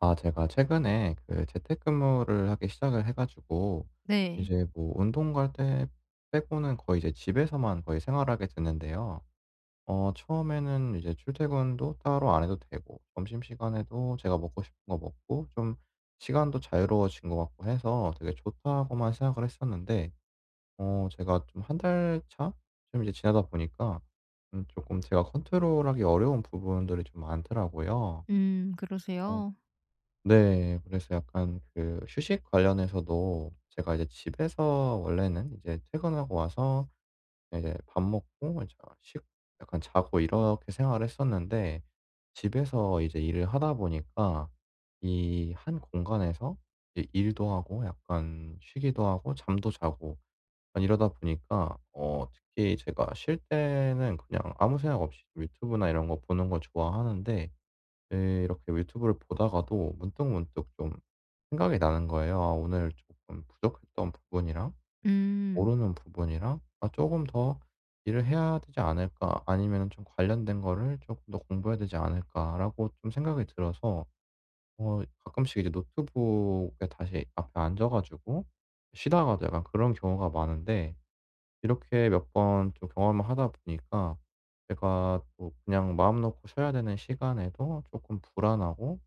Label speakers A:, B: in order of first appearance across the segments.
A: 아 제가 최근에 그 재택근무를 하기 시작을 해 가지고
B: 네.
A: 이제 뭐 운동 갈 때 빼고는 거의 이제 집에서만 거의 생활하게 됐는데요. 어 처음에는 이제 출퇴근도 따로 안 해도 되고 점심시간에도 제가 먹고 싶은 거 먹고 좀 시간도 자유로워진 것 같고 해서 되게 좋다고만 생각을 했었는데, 어 제가 좀 한 달 차 좀 이제 지나다 보니까 금 제가 컨트롤하기 어려운 부분들이 좀 많더라고요. 어,
B: 그러세요?
A: 네. 그래서 약간 그 휴식 관련해서도 제가 이제 집에서 원래는 이제 퇴근하고 와서 이제 밥 먹고 이제 쉬고 약간 자고 이렇게 생활을 했었는데, 집에서 이제 일을 하다 보니까 이 한 공간에서 이제 일도 하고 약간 쉬기도 하고 잠도 자고 약간 이러다 보니까, 어 특히 제가 쉴 때는 그냥 아무 생각 없이 유튜브나 이런 거 보는 거 좋아하는데 네 이렇게 유튜브를 보다가도 문득문득 좀 생각이 나는 거예요. '아 오늘 조금 부족했던 부분이랑
B: 음.
A: 모르는 부분이랑 아금더 일을 해야 되지 않을까? 아니면 좀 관련된 거를 조금 더 공부해야 되지 않을까?'라고 좀 생각이 들어서 어 가끔씩 이제 노트북에 다시 앞에 앉아 가지고 쉬다가도 약간 그런 경우가 많은데, 이렇게 몇 번 좀 경험을 하다 보니까 제가 또 그냥 마음 놓고 쉬어야 되는 시간에도 조금 불안하고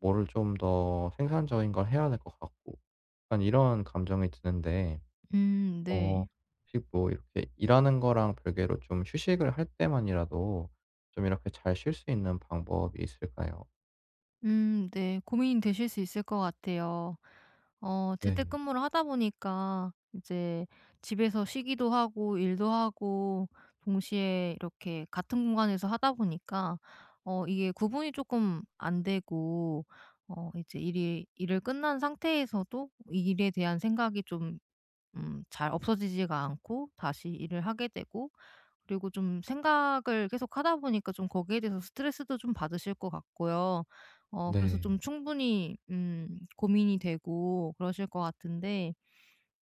A: 뭐를 좀 더 생산적인 걸 해야 될 것 같고 약간 이런 감정이 드는데, 어
B: 네.
A: 혹시 뭐 이렇게 일하는 거랑 별개로 좀 휴식을 할 때만이라도 좀 이렇게 잘 쉴 수 있는 방법이 있을까요?
B: 네. 고민이 되실 수 있을 것 같아요.
A: 네.
B: 재택근무를 하다 보니까 이제 집에서 쉬기도 하고 일도 하고 동시에 이렇게 같은 공간에서 하다 보니까 이게 구분이 조금 안 되고 이제 일이 일을 끝난 상태에서도 이 일에 대한 생각이 좀 잘 없어지지가 않고 다시 일을 하게 되고, 그리고 좀 생각을 계속하다 보니까 좀 거기에 대해서 스트레스도 좀 받으실 것 같고요. 그래서
A: 네.
B: 좀 충분히 고민이 되고 그러실 것 같은데,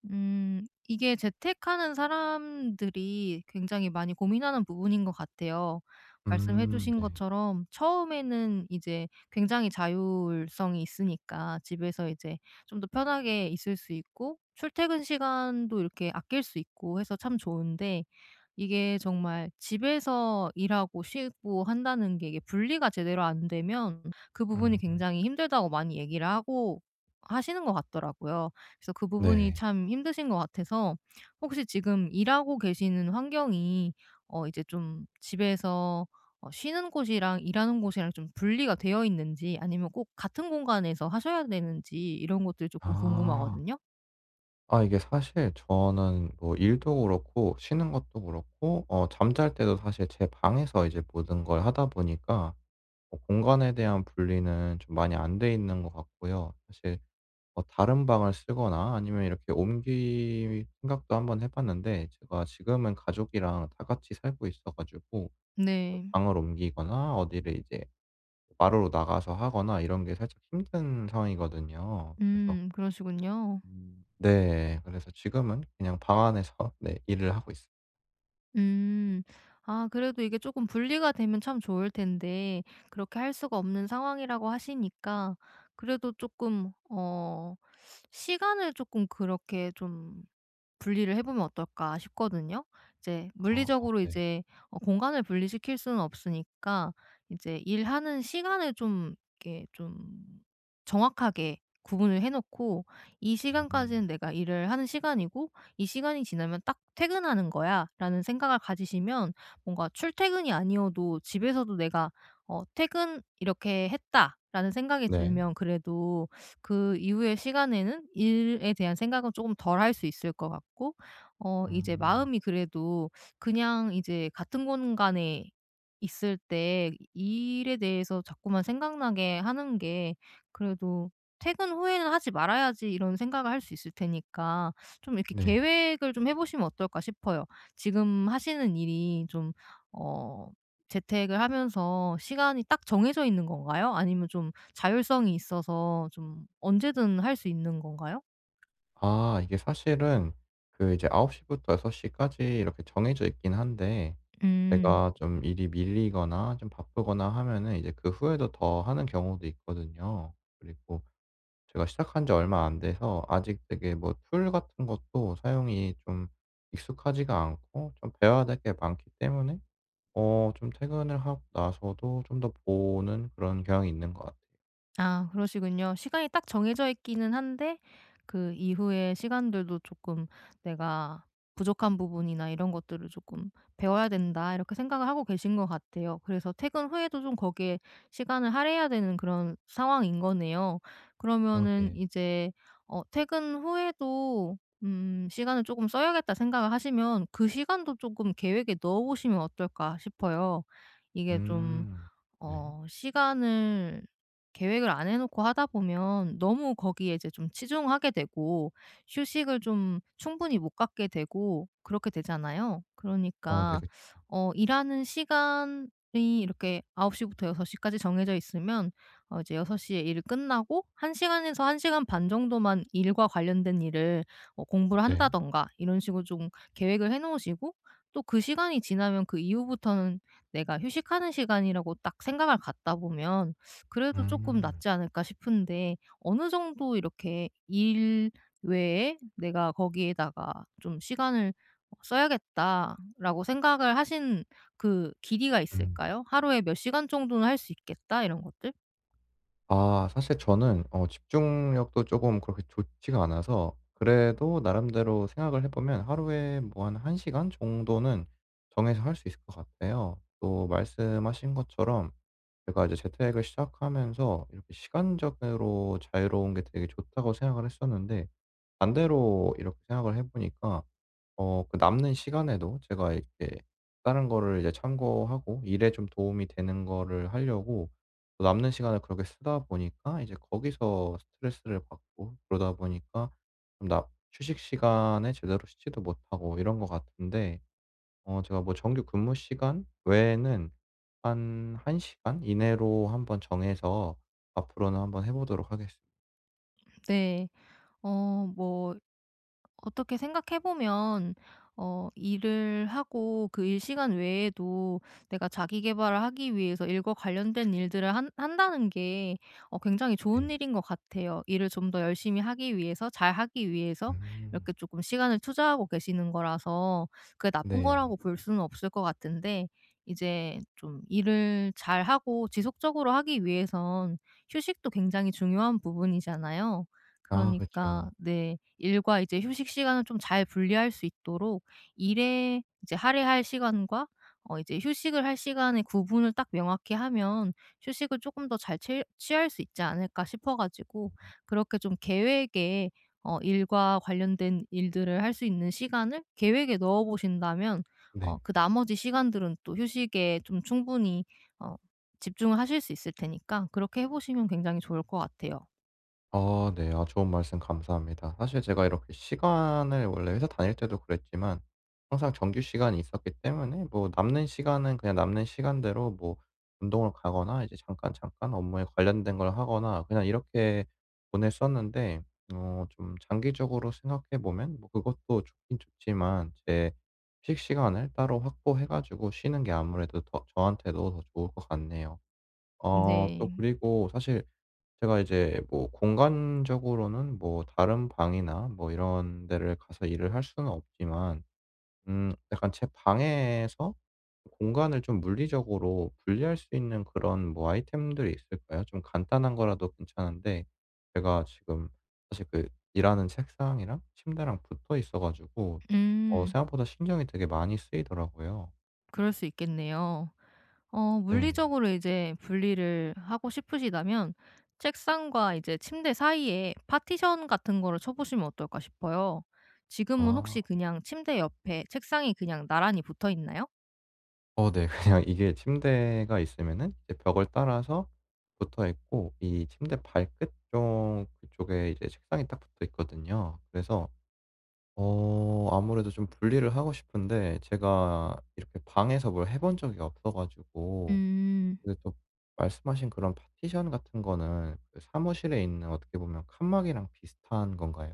B: 음 이게 재택하는 사람들이 굉장히 많이 고민하는 부분인 것 같아요. 말씀해 주신
A: 네.
B: 것처럼 처음에는 이제 굉장히 자율성이 있으니까 집에서 이제 좀 더 편하게 있을 수 있고 출퇴근 시간도 이렇게 아낄 수 있고 해서 참 좋은데, 이게 정말 집에서 일하고 쉬고 한다는 게 이게 분리가 제대로 안 되면 그 부분이
A: 음
B: 굉장히 힘들다고 많이 얘기를 하고 하시는 것 같더라고요. 그래서 그 부분이
A: 네.
B: 참 힘드신 것 같아서 혹시 지금 일하고 계시는 환경이, 이제 좀 집에서 쉬는 곳이랑 일하는 곳이랑 좀 분리가 되어 있는지 아니면 꼭 같은 공간에서 하셔야 되는지 이런 것들이 조금
A: 아.
B: 궁금하거든요.
A: 아 이게 사실 저는 뭐 일도 그렇고 쉬는 것도 그렇고 어 잠잘 때도 사실 제 방에서 이제 모든 걸 하다 보니까 어 공간에 대한 분리는 좀 많이 안 돼 있는 것 같고요. 사실 뭐 다른 방을 쓰거나 아니면 이렇게 옮길 생각도 한번 해 봤는데 제가 지금은 가족이랑 다 같이 살고 있어 가지고 그
B: 네.
A: 방을 옮기거나 어디를 이제 마루로 나가서 하거나 이런 게 살짝 힘든 상황이거든요. 그래서
B: 그러시군요.
A: 네. 그래서 지금은 그냥 방 안에서 네 일을 하고 있습니다.
B: 음. 아 그래도 이게 조금 분리가 되면 참 좋을 텐데 그렇게 할 수가 없는 상황이라고 하시니까, 그래도 조금 시간을 조금 그렇게 좀 분리를 해 보면 어떨까 싶거든요. 이제
A: 아 아
B: 물리적으로
A: 네.
B: 이제 공간을 분리시킬 수는 없으니까 이제 일하는 시간을 좀 이렇게 좀 정확하게 구분을 해 놓고, '이
A: 음.
B: 시간까지는 내가 일을 하는 시간이고 이 시간이 지나면 딱 퇴근하는 거야.'라는 생각을 가지시면, 뭔가 출퇴근이 아니어도 집에서도 '내가 퇴근 이렇게 했다.'라는 생각이
A: 네.
B: 들면, 그래도 그 이후의 시간에는 일에 대한 생각은 조금 덜 할 수 있을 것 같고, 이제
A: 음.
B: 마음이 그래도 그냥 이제 같은 공간에 있을 때 일에 대해서 자꾸만 생각나게 하는 게, 그래도 '퇴근 후에는 하지 말아야지.' 이런 생각을 할 수 있을 테니까 좀 이렇게
A: 네.
B: 계획을 좀 해 보시면 어떨까 싶어요. 지금 하시는 일이 좀 어 재택을 하면서 시간이 딱 정해져 있는 건가요? 아니면 좀 자율성이 있어서 좀 언제든 할 수 있는 건가요?
A: 아 이게 사실은 그 이제 9시 부터 6시 까지 이렇게 정해져 있긴 한데
B: 음.
A: 제가 좀 일이 밀리거나 좀 바쁘거나 하면은 이제 그 후에도 더 하는 경우도 있거든요. 그리고 제가 시작한 지 얼마 안 돼서 아직 되게 뭐 툴 같은 것도 사용이 좀 익숙하지가 않고 좀 배워야 될 게 많기 때문에 어 좀 퇴근을 하고 나서도 좀 더 보는 그런 경향이 있는 것 같아요.
B: 아 그러시군요. 시간이 딱 정해져 있기는 한데 그 이후의 시간들도 조금 '내가 부족한 부분이나 이런 것들을 조금 배워야 된다.' 이렇게 생각을 하고 계신 것 같아요. 그래서 퇴근 후에도 좀 거기에 시간을 할애해야 되는 그런 상황인 거네요.
A: 어
B: 그러면은
A: 네.
B: 이제 퇴근 후에도 '시간을 조금 써야겠다.' 생각을 하시면 그 시간도 조금 계획에 넣어 보시면 어떨까 싶어요. 이게 좀
A: 음. 네.
B: 시간을 계획을 안 해 놓고 하다 보면 너무 거기에 이제 좀 치중하게 되고 휴식을 좀 충분히 못 갖게 되고 그렇게 되잖아요.
A: 어네
B: 그러니까
A: 그쵸.
B: 일하는 시간이 이렇게 9시 부터 6시 까지 정해져 있으면 이제 6시에 일을 끝나고 1시간 시간에서 1시간 시간 반 정도만 일과 관련된 일을 공부를
A: 네.
B: 한다든가 이런 식으로 좀 계획을 해 놓으시고, 또 그 시간이 지나면 그 이후부터는 내가 휴식하는 시간이라고 딱 생각을 갖다 보면 그래도 조금
A: 음.
B: 낫지 않을까 싶은데, 어느 정도 이렇게 일 외에 내가 거기에다가 좀 '시간을 써야겠다.'라고 생각을 하신 그 길이가
A: 음.
B: 있을까요? '하루에 몇 시간 정도는 할 수 있겠다.' 이런 것들?
A: 아 사실 저는 어 집중력도 쪼금 그렇게 좋지가 않아서 그래도 나름대로 생각을 해 보면 하루에 뭐 한 1 시간 정도는 정해서 할 수 있을 것 같아요. 또 말씀하신 것처럼 제가 이제 재택을 시작하면서 이렇게 시간적으로 자유로운 게 되게 좋다고 생각을 했었는데, 반대로 이렇게 생각을 해 보니까 어 그 남는 시간에도 제가 이렇게 다른 거를 이제 참고하고 일에 좀 도움이 되는 거를 하려고 또 남는 시간을 그렇게 쓰다 보니까 이제 거기서 스트레스를 받고, 그러다 보니까 좀 나 휴식 시간에 제대로 쉬지도 못하고 이런 것 같은데, 어 제가 뭐 정규 근무 시간 외에는 한 1 시간 이내로 한번 정해서 앞으로는 한번 해 보도록 하겠습니다.
B: 네. 어뭐 어떻게 생각해 보면 일을 하고 그 일 시간 외에도 내가 자기 개발을 하기 위해서 일과 관련된 일들을 한 한다는 게 굉장히 좋은
A: 네.
B: 일인 것 같아요. 일을 좀 더 열심히 하기 위해서 잘하기 위해서
A: 음.
B: 이렇게 조금 시간을 투자하고 계시는 거라서 그게 나쁜
A: 네.
B: 거라고 볼 수는 없을 것 같은데, 이제 좀 일을 잘하고 지속적으로 하기 위해선 휴식도 굉장히 중요한 부분이잖아요.
A: 아그
B: 그러니까
A: 죠
B: 네, 일과 이제 휴식 시간을 좀 잘 분리할 수 있도록 일에 이제 할애할 시간과 이제 휴식을 할 시간의 구분을 딱 명확히 하면 휴식을 조금 더 잘 취 취할 수 있지 않을까 싶어 가지고, 그렇게 좀 계획에 일과 관련된 일들을 할 수 있는 시간을 계획에 넣어 보신다면
A: 네.
B: 그 나머지 시간들은 또 휴식에 좀 충분히 어 집중을 하실 수 있을 테니까 그렇게 해 보시면 굉장히 좋을 것 같아요.
A: 어, 네. 아 좋은 말씀 감사합니다. 사실 제가 이렇게 시간을 원래 회사 다닐 때도 그랬지만 항상 정규 시간이 있었기 때문에 뭐 남는 시간은 그냥 남는 시간대로 뭐 운동을 가거나 이제 잠깐 업무에 관련된 걸 하거나 그냥 이렇게 보냈었는데, 어 좀 장기적으로 생각해 보면 뭐 그것도 좋긴 좋지만 제 휴식 시간을 따로 확보해 가지고 쉬는 게 아무래도 더 저한테도 더 좋을 것 같네요. 어 또
B: 네.
A: 그리고 사실 제가 이제 뭐 공간적으로는 뭐 다른 방이나 뭐 이런 데를 가서 일을 할 수는 없지만 약간 제 방에서 공간을 좀 물리적으로 분리할 수 있는 그런 뭐 아이템들이 있을까요? 좀 간단한 거라도 괜찮은데, 제가 지금 사실 그 일하는 책상이랑 침대랑 붙어 있어 가지고 어
B: 음.
A: 생각보다 신경이 되게 많이 쓰이더라고요.
B: 그럴 수 있겠네요.
A: 네.
B: 물리적으로 이제 분리를 하고 싶으시다면 책상과 이제 침대 사이에 파티션 같은 거를 쳐 보시면 어떨까 싶어요. 지금은
A: 아.
B: 혹시 그냥 침대 옆에 책상이 그냥 나란히 붙어 있나요?
A: 어 네. 그냥 이게 침대가 있으면은 이제 벽을 따라서 붙어 있고 이 침대 발끝 쪽 그쪽에 이제 책상이 딱 붙어 있거든요. 그래서 어 아무래도 좀 분리를 하고 싶은데 제가 이렇게 방에서 뭘 해본 적이 없어 가지고.
B: 음.
A: 근데 또 말씀하신 그런 파티션 같은 거는 그 사무실에 있는 어떻게 보면 칸막이랑 비슷한 건가요?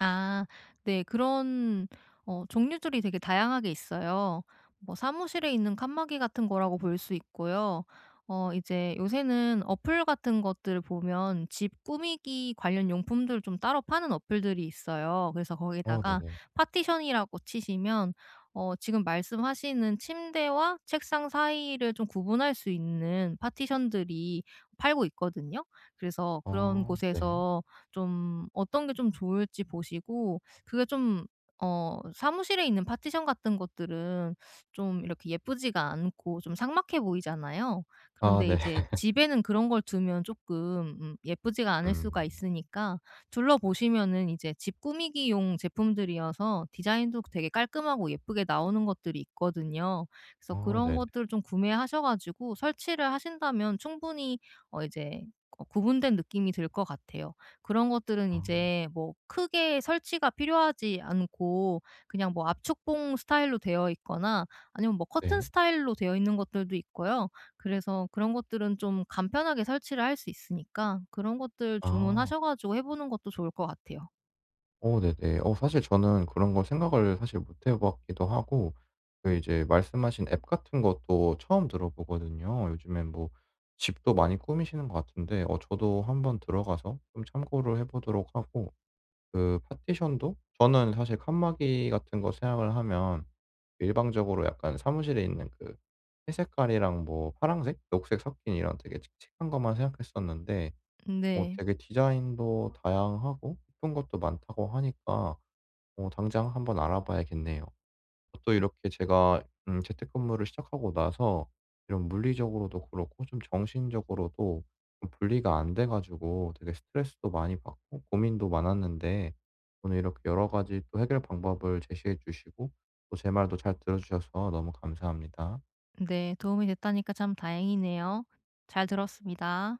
B: 아 네. 그런 종류들이 되게 다양하게 있어요. 뭐 사무실에 있는 칸막이 같은 거라고 볼 수 있고요. 이제 요새는 어플 같은 것들 보면 집 꾸미기 관련 용품들 좀 따로 파는 어플들이 있어요. 그래서
A: 어
B: 거기다가
A: 네네.
B: 파티션이라고 치시면 지금 말씀하시는 침대와 책상 사이를 좀 구분할 수 있는 파티션들이 팔고 있거든요. 그래서 그런
A: 어 네.
B: 곳에서 좀 어떤 게 좀 좋을지 보시고, 그게 좀 사무실에 있는 파티션 같은 것들은 좀 이렇게 예쁘지가 않고 좀 삭막해 보이잖아요.
A: 아
B: 그런데
A: 네.
B: 이제 집에는 그런 걸 두면 조금 예쁘지가 않을 수가
A: 음.
B: 있으니까 둘러보시면은 이제 집 꾸미기용 제품들이어서 디자인도 되게 깔끔하고 예쁘게 나오는 것들이 있거든요. 그래서
A: 아
B: 그런
A: 네네.
B: 것들을 좀 구매하셔 가지고 설치를 하신다면 충분히 이제 구분된 느낌이 들 것 같아요. 그런 것들은
A: 아
B: 이제 뭐 크게 설치가 필요하지 않고 그냥 뭐 압축봉 스타일로 되어 있거나 아니면 뭐 커튼
A: 네.
B: 스타일로 되어 있는 것들도 있고요. 그래서 그런 것들은 좀 간편하게 설치를 할 수 있으니까 그런 것들
A: 아.
B: 주문하셔 가지고 해 보는 것도 좋을 것 같아요.
A: 어 네네. 어 사실 저는 그런 거 생각을 사실 못 해 봤기도 하고 그 이제 말씀하신 앱 같은 것도 처음 들어보거든요. 요즘엔 뭐 집도 많이 꾸미시는 것 같은데 어 저도 한번 들어가서 좀 참고를 해 보도록 하고 그 파티션도 저는 사실 칸막이 같은 거 생각을 하면 일방적으로 약간 사무실에 있는 그 회색깔이랑 뭐 파랑색, 녹색 섞인 이런 되게 칙칙한 것만 생각했었는데, 어
B: 네.
A: 되게 디자인도 다양하고 예쁜 것도 많다고 하니까 어 당장 한번 알아봐야겠네요. 또 이렇게 제가 재택근무를 시작하고 나서 이런 물리적으로도 그렇고 좀 정신적으로도 좀 분리가 안 돼 가지고 되게 스트레스도 많이 받고 고민도 많았는데 오늘 이렇게 여러 가지 또 해결 방법을 제시해 주시고 또 제 말도 잘 들어 주셔서 너무 감사합니다.
B: 네, 도움이 됐다니까 참 다행이네요. 잘 들었습니다.